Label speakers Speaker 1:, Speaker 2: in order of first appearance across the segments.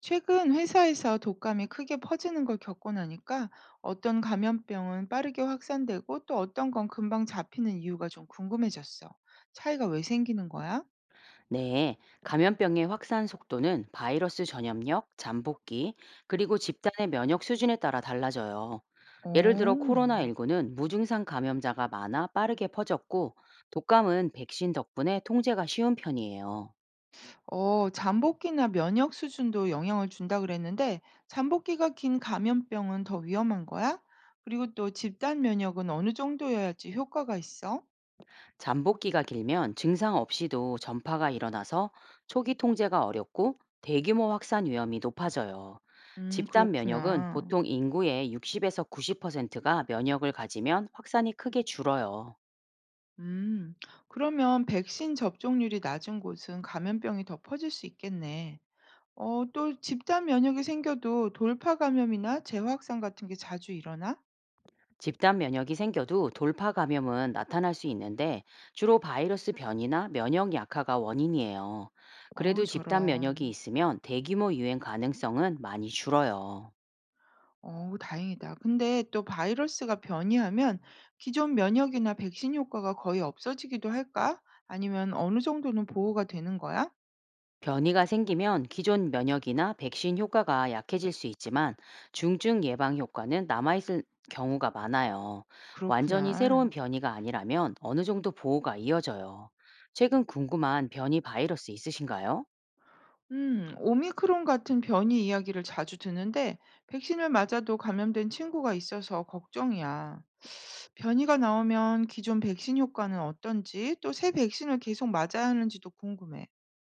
Speaker 1: 최근 회사에서 독감이 크게 퍼지는 걸 겪고 나니까 어떤 감염병은 빠르게 확산되고 또 어떤 건 금방 잡히는 이유가 좀 궁금해졌어. 차이가 왜 생기는 거야?
Speaker 2: 네, 감염병의 확산 속도는 바이러스 전염력, 잠복기, 그리고 집단의 면역 수준에 따라 달라져요.
Speaker 1: 오.
Speaker 2: 예를 들어 코로나19는 무증상 감염자가 많아 빠르게 퍼졌고, 독감은 백신 덕분에 통제가 쉬운 편이에요.
Speaker 1: 잠복기나 면역 수준도 영향을 준다 그랬는데 잠복기가 긴 감염병은 더 위험한 거야? 그리고 또 집단 면역은 어느 정도여야지 효과가 있어?
Speaker 2: 잠복기가 길면 증상 없이도 전파가 일어나서 초기 통제가 어렵고 대규모 확산 위험이 높아져요. 집단 면역은
Speaker 1: 그렇구나.
Speaker 2: 보통 인구의 60에서 90%가 면역을 가지면 확산이 크게 줄어요.
Speaker 1: 음, 그러면 백신 접종률이 낮은 곳은 감염병이 더 퍼질 수 있겠네. 또 집단 면역이 생겨도 돌파 감염이나 재확산 같은 게 자주 일어나?
Speaker 2: 집단 면역이 생겨도 돌파 감염은 나타날 수 있는데 주로 바이러스 변이나 면역 약화가 원인이에요.
Speaker 1: 어,
Speaker 2: 그래도 집단 면역이
Speaker 1: 저런.
Speaker 2: 있으면 대규모 유행 가능성은 많이 줄어요.
Speaker 1: 어, 다행이다. 근데 또 바이러스가 변이하면 기존 면역이나 백신 효과가 거의 없어지기도 할까? 아니면 어느 정도는 보호가 되는 거야?
Speaker 2: 변이가 생기면 기존 면역이나 백신 효과가 약해질 수 있지만 중증 예방 효과는 남아있을 경우가 많아요. 완전히 새로운
Speaker 1: 그렇구나.
Speaker 2: 변이가 아니라면 어느 정도 보호가 이어져요. 최근 궁금한 변이 바이러스 있으신가요?
Speaker 1: 오미크론 같은 변이 이야기를 자주 듣는데 백신을 맞아도 감염된 친구가 있어서 걱정이야. 변이가 나오면 기존 백신 효과는 어떤지 또 새 백신을 계속 맞아야 하는지도 궁금해.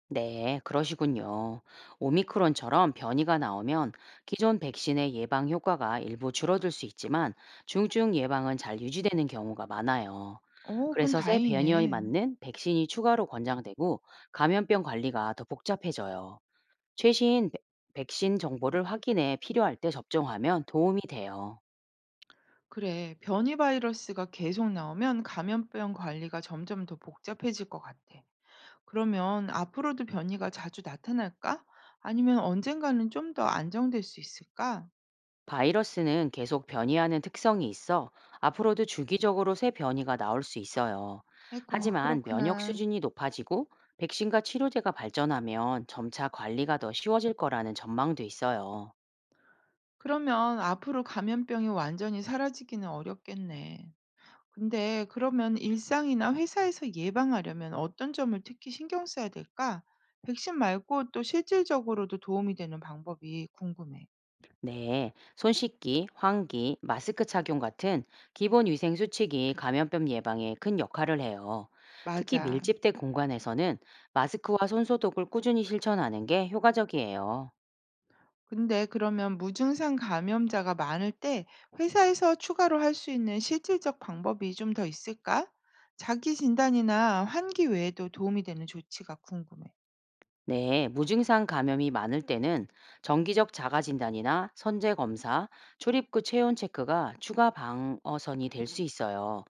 Speaker 2: 네, 그러시군요. 오미크론처럼 변이가 나오면 기존 백신의 예방 효과가 일부 줄어들 수 있지만 중증 예방은 잘 유지되는 경우가 많아요.
Speaker 1: 어, 그건
Speaker 2: 그래서 새 변이에
Speaker 1: 다행이네.
Speaker 2: 맞는 백신이 추가로 권장되고 감염병 관리가 더 복잡해져요. 최신 백신 정보를 확인해 필요할 때 접종하면 도움이 돼요.
Speaker 1: 그래, 변이 바이러스가 계속 나오면 감염병 관리가 점점 더 복잡해질 것 같아. 그러면 앞으로도 변이가 자주 나타날까? 아니면 언젠가는 좀 더 안정될 수 있을까?
Speaker 2: 바이러스는 계속 변이하는 특성이 있어 앞으로도 주기적으로 새 변이가 나올 수 있어요.
Speaker 1: 에고,
Speaker 2: 하지만 면역
Speaker 1: 그렇구나.
Speaker 2: 수준이 높아지고 백신과 치료제가 발전하면 점차 관리가 더 쉬워질 거라는 전망도 있어요.
Speaker 1: 그러면 앞으로 감염병이 완전히 사라지기는 어렵겠네. 근데 그러면 일상이나 회사에서 예방하려면 어떤 점을 특히 신경 써야 될까? 백신 말고 또 실질적으로도 도움이 되는 방법이 궁금해.
Speaker 2: 네, 손 씻기, 환기, 마스크 착용 같은 기본 위생 수칙이 감염병 예방에 큰 역할을 해요. 특히
Speaker 1: 맞아.
Speaker 2: 밀집된 공간에서는 마스크와 손소독을 꾸준히 실천하는 게 효과적이에요.
Speaker 1: 근데 그러면 무증상 감염자가 많을 때 회사에서 추가로 할 수 있는 실질적 방법이 좀 더 있을까? 자기 진단이나 환기 외에도 도움이 되는 조치가 궁금해.
Speaker 2: 네, 무증상 감염이 많을 때는 정기적 자가 진단이나 선제 검사, 출입구 체온 체크가 추가 방어선이 될 수 있어요.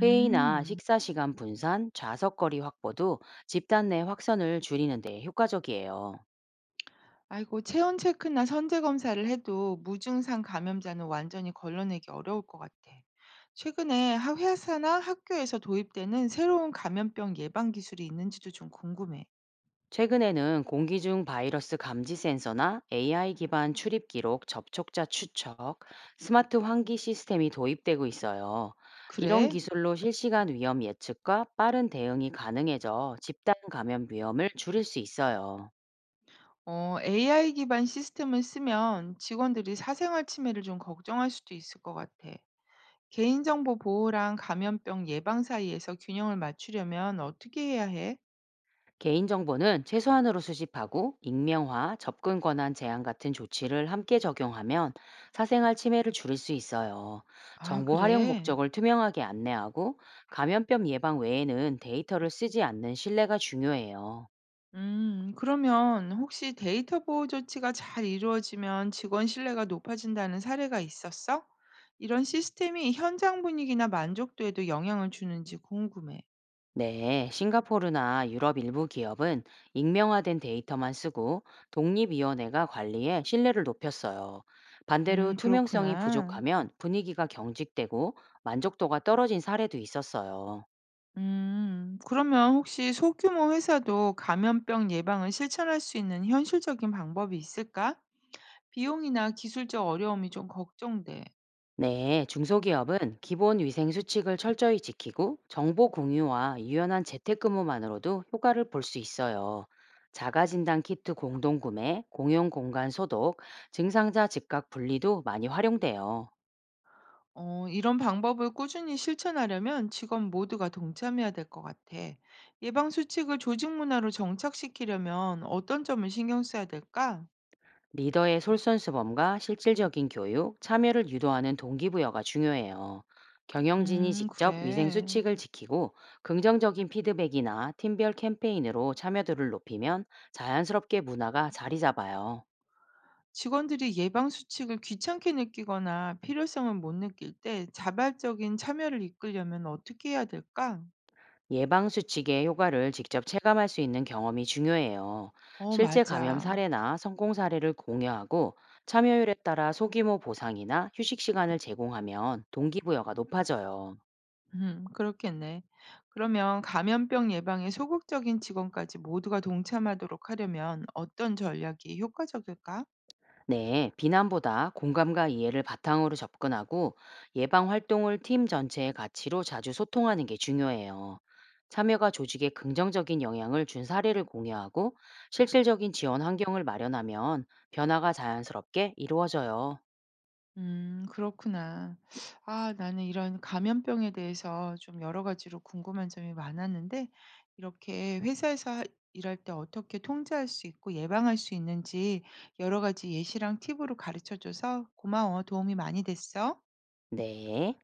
Speaker 2: 회의나 식사 시간 분산, 좌석거리 확보도 집단 내 확산을 줄이는 데 효과적이에요.
Speaker 1: 아이고, 체온 체크나 선제 검사를 해도 무증상 감염자는 완전히 걸러내기 어려울 것 같아. 최근에 회사나 학교에서 도입되는 새로운 감염병 예방 기술이 있는지도 좀 궁금해.
Speaker 2: 최근에는 공기 중 바이러스 감지 센서나 AI 기반 출입 기록, 접촉자 추적, 스마트 환기 시스템이 도입되고 있어요. 이런
Speaker 1: 그래?
Speaker 2: 기술로 실시간 위험 예측과 빠른 대응이 가능해져 집단 감염 위험을 줄일 수 있어요.
Speaker 1: AI 기반 시스템을 쓰면 직원들이 사생활 침해를 좀 걱정할 수도 있을 것 같아. 개인정보 보호랑 감염병 예방 사이에서 균형을 맞추려면 어떻게 해야 해?
Speaker 2: 개인정보는 최소한으로 수집하고 익명화, 접근 권한 제한 같은 조치를 함께 적용하면 사생활 침해를 줄일 수 있어요.
Speaker 1: 아,
Speaker 2: 정보 활용
Speaker 1: 그래.
Speaker 2: 목적을 투명하게 안내하고 감염병 예방 외에는 데이터를 쓰지 않는 신뢰가 중요해요.
Speaker 1: 그러면 혹시 데이터 보호 조치가 잘 이루어지면 직원 신뢰가 높아진다는 사례가 있었어? 이런 시스템이 현장 분위기나 만족도에도 영향을 주는지 궁금해.
Speaker 2: 네, 싱가포르나 유럽 일부 기업은 익명화된 데이터만 쓰고 독립위원회가 관리해 신뢰를 높였어요. 반대로 투명성이
Speaker 1: 그렇구나.
Speaker 2: 부족하면 분위기가 경직되고 만족도가 떨어진 사례도 있었어요.
Speaker 1: 그러면 혹시 소규모 회사도 감염병 예방을 실천할 수 있는 현실적인 방법이 있을까? 비용이나 기술적 어려움이 좀 걱정돼.
Speaker 2: 네, 중소기업은 기본 위생 수칙을 철저히 지키고 정보 공유와 유연한 재택근무만으로도 효과를 볼 수 있어요. 자가진단 키트 공동 구매, 공용 공간 소독, 증상자 즉각 분리도 많이 활용돼요.
Speaker 1: 이런 방법을 꾸준히 실천하려면 직원 모두가 동참해야 될 것 같아. 예방 수칙을 조직 문화로 정착시키려면 어떤 점을 신경 써야 될까?
Speaker 2: 리더의 솔선수범과 실질적인 교육, 참여를 유도하는 동기부여가 중요해요. 경영진이 직접 위생
Speaker 1: 그래.
Speaker 2: 수칙을 지키고 긍정적인 피드백이나 팀별 캠페인으로 참여도를 높이면 자연스럽게 문화가 자리 잡아요.
Speaker 1: 직원들이 예방 수칙을 귀찮게 느끼거나 필요성을 못 느낄 때 자발적인 참여를 이끌려면 어떻게 해야 될까?
Speaker 2: 예방 수칙의 효과를 직접 체감할 수 있는 경험이 중요해요.
Speaker 1: 어,
Speaker 2: 실제 감염
Speaker 1: 맞아.
Speaker 2: 사례나 성공 사례를 공유하고 참여율에 따라 소규모 보상이나 휴식 시간을 제공하면 동기부여가 높아져요.
Speaker 1: 그렇겠네. 그러면 감염병 예방에 소극적인 직원까지 모두가 동참하도록 하려면 어떤 전략이 효과적일까?
Speaker 2: 네, 비난보다 공감과 이해를 바탕으로 접근하고 예방 활동을 팀 전체의 가치로 자주 소통하는 게 중요해요. 참여가 조직에 긍정적인 영향을 준 사례를 공유하고 실질적인 지원 환경을 마련하면 변화가 자연스럽게 이루어져요.
Speaker 1: 음, 그렇구나. 아, 나는 이런 감염병에 대해서 좀 여러 가지로 궁금한 점이 많았는데 이렇게 회사에서 하 일할 때 어떻게 통제할 수 있고 예방할 수 있는지 여러 가지 예시랑 팁으로 가르쳐 줘서 고마워. 도움이 많이 됐어.
Speaker 2: 네.